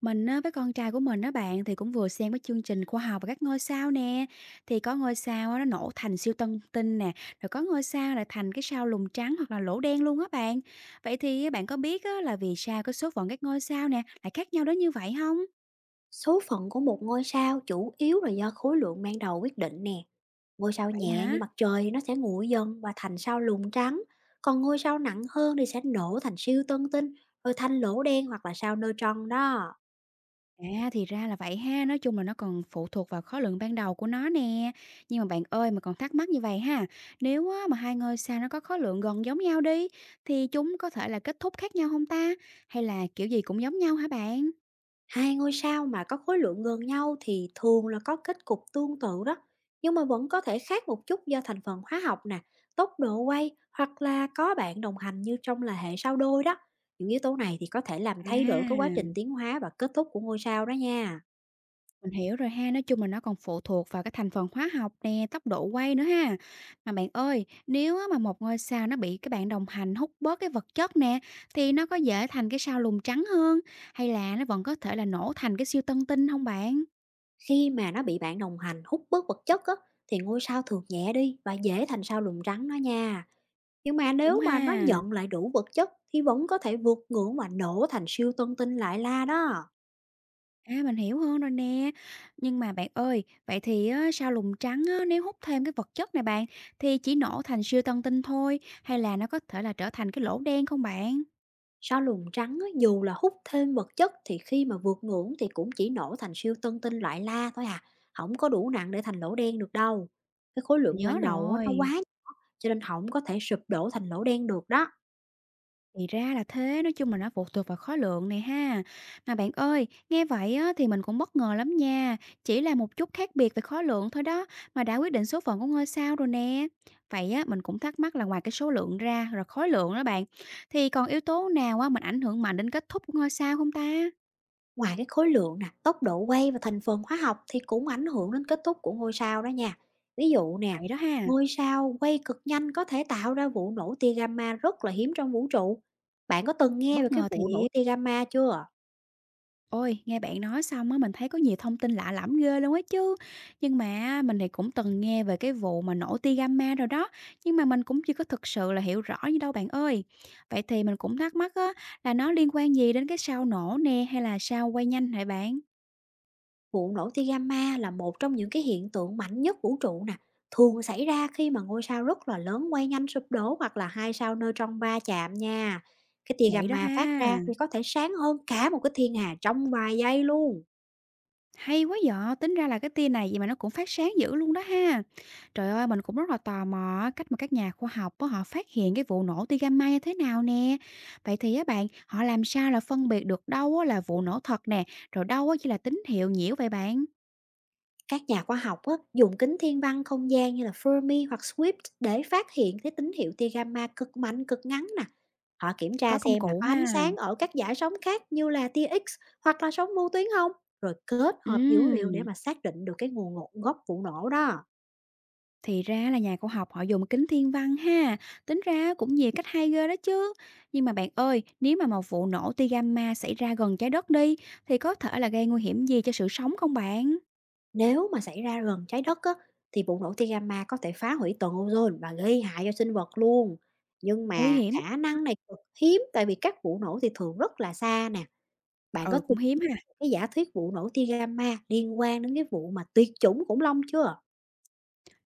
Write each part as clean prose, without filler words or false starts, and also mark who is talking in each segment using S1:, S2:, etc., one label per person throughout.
S1: Mình á, với con trai của mình á bạn thì cũng vừa xem cái chương trình khoa học và các ngôi sao nè. Thì có ngôi sao á, nó nổ thành siêu tân tinh nè, rồi có ngôi sao lại thành cái sao lùn trắng hoặc là lỗ đen luôn á bạn. Vậy thì bạn có biết á, là vì sao cái số phận các ngôi sao nè lại khác nhau đến như vậy không?
S2: Số phận của một ngôi sao chủ yếu là do khối lượng ban đầu quyết định nè. Ngôi sao
S1: Vậy
S2: nhẹ
S1: hả?
S2: như mặt trời thì nó sẽ nguội dần và thành sao lùn trắng, còn ngôi sao nặng hơn thì sẽ nổ thành siêu tân tinh, rồi thành lỗ đen hoặc là sao neutron đó.
S1: À, thì ra là vậy ha, nói chung là nó còn phụ thuộc vào khối lượng ban đầu của nó nè. Nhưng mà bạn ơi, mà còn thắc mắc như vậy ha, nếu á mà hai ngôi sao nó có khối lượng gần giống nhau đi, thì chúng có thể là kết thúc khác nhau hông ta? Hay là kiểu gì cũng giống nhau hả bạn?
S2: Hai ngôi sao mà có khối lượng gần nhau thì thường là có kết cục tương tự đó, nhưng mà vẫn có thể khác một chút do thành phần hóa học nè, tốc độ quay hoặc là có bạn đồng hành như trong là hệ sao đôi đó. Những yếu tố này thì có thể làm thay đổi cái quá
S1: À.
S2: trình tiến hóa và kết thúc của ngôi sao đó nha.
S1: Mình hiểu rồi ha, nói chung là nó còn phụ thuộc vào cái thành phần hóa học nè, tốc độ quay nữa ha. Mà bạn ơi, nếu á mà một ngôi sao nó bị cái bạn đồng hành hút bớt cái vật chất nè, thì nó có dễ thành cái sao lùn trắng hơn, hay là nó vẫn có thể là nổ thành cái siêu tân tinh không bạn?
S2: Khi mà nó bị bạn đồng hành hút bớt vật chất á, thì ngôi sao thường nhẹ đi và dễ thành sao lùn trắng đó nha. Nhưng mà
S1: Đúng
S2: nếu
S1: ha,
S2: mà nó nhận lại đủ vật chất thì vẫn có thể vượt ngưỡng và nổ thành siêu tân tinh lại la đó.
S1: à, mình hiểu hơn rồi nè. Nhưng mà bạn ơi, vậy thì á, sao lùn trắng á, nếu hút thêm cái vật chất này bạn, thì chỉ nổ thành siêu tân tinh thôi, hay là nó có thể là trở thành cái lỗ đen không bạn?
S2: Sao lùn trắng á, dù là hút thêm vật chất thì khi mà vượt ngưỡng thì cũng chỉ nổ thành siêu tân tinh loại La thôi à, không có đủ nặng để thành lỗ đen được đâu. Cái khối
S1: Mình
S2: lượng
S1: nhớ
S2: ban đầu á, nó quá
S1: rồi.
S2: cho nên không có thể sụp đổ thành lỗ đen được đó.
S1: Thì ra là thế, nói chung là nó phụ thuộc vào khối lượng này ha. Mà bạn ơi, nghe vậy á, thì mình cũng bất ngờ lắm nha. Chỉ là một chút khác biệt về khối lượng thôi đó, mà đã quyết định số phận của ngôi sao rồi nè. Vậy á, mình cũng thắc mắc là ngoài cái số lượng ra, rồi khối lượng đó bạn, thì còn yếu tố nào á, mình ảnh hưởng mạnh đến kết thúc của ngôi sao không ta?
S2: Ngoài cái khối lượng nè, tốc độ quay và thành phần hóa học thì cũng ảnh hưởng đến kết thúc của ngôi sao đó nha. Ví dụ nè,
S1: Vậy đó ha,
S2: ngôi sao quay cực nhanh có thể tạo ra vụ nổ tia gamma rất là hiếm trong vũ trụ. Bạn có từng nghe về
S1: bất
S2: cái
S1: ngờ
S2: vụ nổ
S1: thiệt.
S2: tia gamma chưa?
S1: Ôi, nghe bạn nói xong á, mình thấy có nhiều thông tin lạ lẫm ghê luôn á chứ. Nhưng mà mình thì cũng từng nghe về cái vụ mà nổ tia gamma rồi đó, nhưng mà mình cũng chưa có thực sự là hiểu rõ như đâu bạn ơi. Vậy thì mình cũng thắc mắc á, là nó liên quan gì đến cái sao nổ nè hay là sao quay nhanh hả bạn?
S2: Vụ nổ tia gamma là một trong những cái hiện tượng mạnh nhất vũ trụ nè, thường xảy ra khi mà ngôi sao rất là lớn quay nhanh sụp đổ hoặc là hai sao neutron va chạm nha. Cái tia
S1: Vậy đó
S2: gamma phát
S1: ha.
S2: ra thì có thể sáng hơn cả một cái thiên hà trong vài giây luôn.
S1: Hay quá vậy! Tính ra là cái tia này vậy mà nó cũng phát sáng dữ luôn đó ha. Trời ơi, mình cũng rất là tò mò á, cách mà các nhà khoa học á, họ phát hiện cái vụ nổ tia gamma như thế nào nè. Vậy thì á bạn, họ làm sao là phân biệt được đâu á là vụ nổ thật nè, rồi đâu á chỉ là tín hiệu nhiễu vậy bạn?
S2: Các nhà khoa học á, dùng kính thiên văn không gian như là Fermi hoặc Swift để phát hiện cái tín hiệu tia gamma cực mạnh, cực ngắn nè. Họ kiểm
S1: Có
S2: tra
S1: công
S2: xem là
S1: cụ
S2: có ánh
S1: ha.
S2: sáng ở các dải sóng khác như là tia X hoặc là sóng vô tuyến không, rồi kết hợp dữ liệu để
S1: Ừm,
S2: mà xác định được cái gốc vụ nổ đó.
S1: thì ra là nhà khoa học họ dùng kính thiên văn ha. Tính ra cũng nhiều cách hay ghê đó chứ. Nhưng mà bạn ơi, nếu mà một vụ nổ tia gamma xảy ra gần Trái Đất đi, thì có thể là gây nguy hiểm gì cho sự sống không bạn?
S2: Nếu mà xảy ra gần trái đất á, thì vụ nổ tia gamma có thể phá hủy tầng ozone và gây hại cho sinh vật luôn. Nhưng
S1: Nguy
S2: mà
S1: hiểm,
S2: khả năng này cực hiếm tại vì các vụ nổ thì thường rất là xa nè. Bạn có
S1: ừ,
S2: từng
S1: cũng hiếm ha.
S2: cái giả thuyết vụ nổ tia gamma liên quan đến cái vụ mà tuyệt chủng khủng long chưa?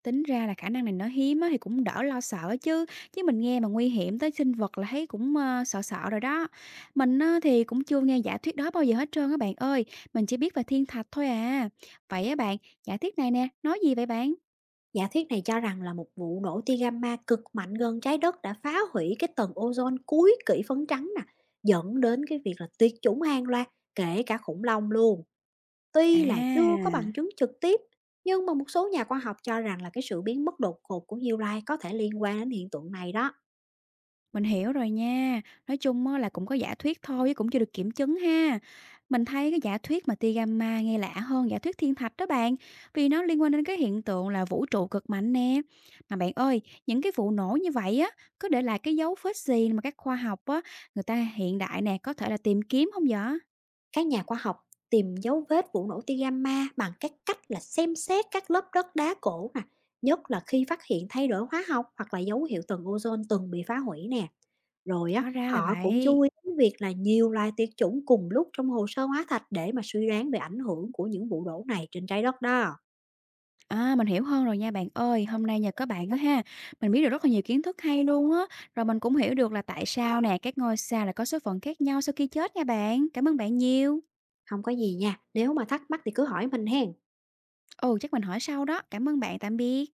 S1: Tính ra là khả năng này nó hiếm á thì cũng đỡ lo sợ chứ, chứ mình nghe mà nguy hiểm tới sinh vật là thấy cũng, sợ sợ rồi đó. Mình á thì cũng chưa nghe giả thuyết đó bao giờ hết trơn á bạn ơi, mình chỉ biết về thiên thạch thôi à. Vậy á bạn, giả thuyết này nè, nói gì vậy bạn?
S2: Giả thuyết này cho rằng là một vụ nổ tia gamma cực mạnh gần trái đất đã phá hủy cái tầng ozone cuối kỷ phấn trắng nè, dẫn đến cái việc là tuyệt chủng hàng loạt, kể cả khủng long luôn. Tuy là chưa có bằng
S1: À!
S2: chứng trực tiếp, nhưng mà một số nhà khoa học cho rằng là cái sự biến mất đột ngột của New Life có thể liên quan đến hiện tượng này đó.
S1: Mình hiểu rồi nha. Nói chung á là cũng có giả thuyết thôi chứ cũng chưa được kiểm chứng ha. Mình thấy cái giả thuyết mà tia gamma nghe lạ hơn giả thuyết thiên thạch đó bạn, vì nó liên quan đến cái hiện tượng là vũ trụ cực mạnh nè. Mà bạn ơi, những cái vụ nổ như vậy á, có để lại cái dấu vết gì mà các khoa học á, người ta hiện đại nè có thể là tìm kiếm không vậy?
S2: Các nhà khoa học tìm dấu vết vụ nổ tia gamma bằng các cách là xem xét các lớp đất đá cổ nè, nhất là khi phát hiện thay đổi hóa học hoặc là dấu hiệu tầng ozone từng bị phá hủy nè. Rồi á,
S1: Hóa ra là
S2: họ cũng
S1: vậy.
S2: chú ý đến việc là nhiều loài tuyệt chủng cùng lúc trong hồ sơ hóa thạch để mà suy đoán về ảnh hưởng của những vụ đổ này trên trái đất đó.
S1: À, mình hiểu hơn rồi nha bạn ơi. Hôm nay nhờ có bạn đó ha, mình biết được rất là nhiều kiến thức hay luôn á. Rồi mình cũng hiểu được là tại sao nè, các ngôi sao lại có số phận khác nhau sau khi chết nha bạn. Cảm ơn bạn nhiều.
S2: Không có gì nha, nếu mà thắc mắc thì cứ hỏi mình hen.
S1: Ồ chắc mình hỏi sau đó. Cảm ơn bạn, tạm biệt.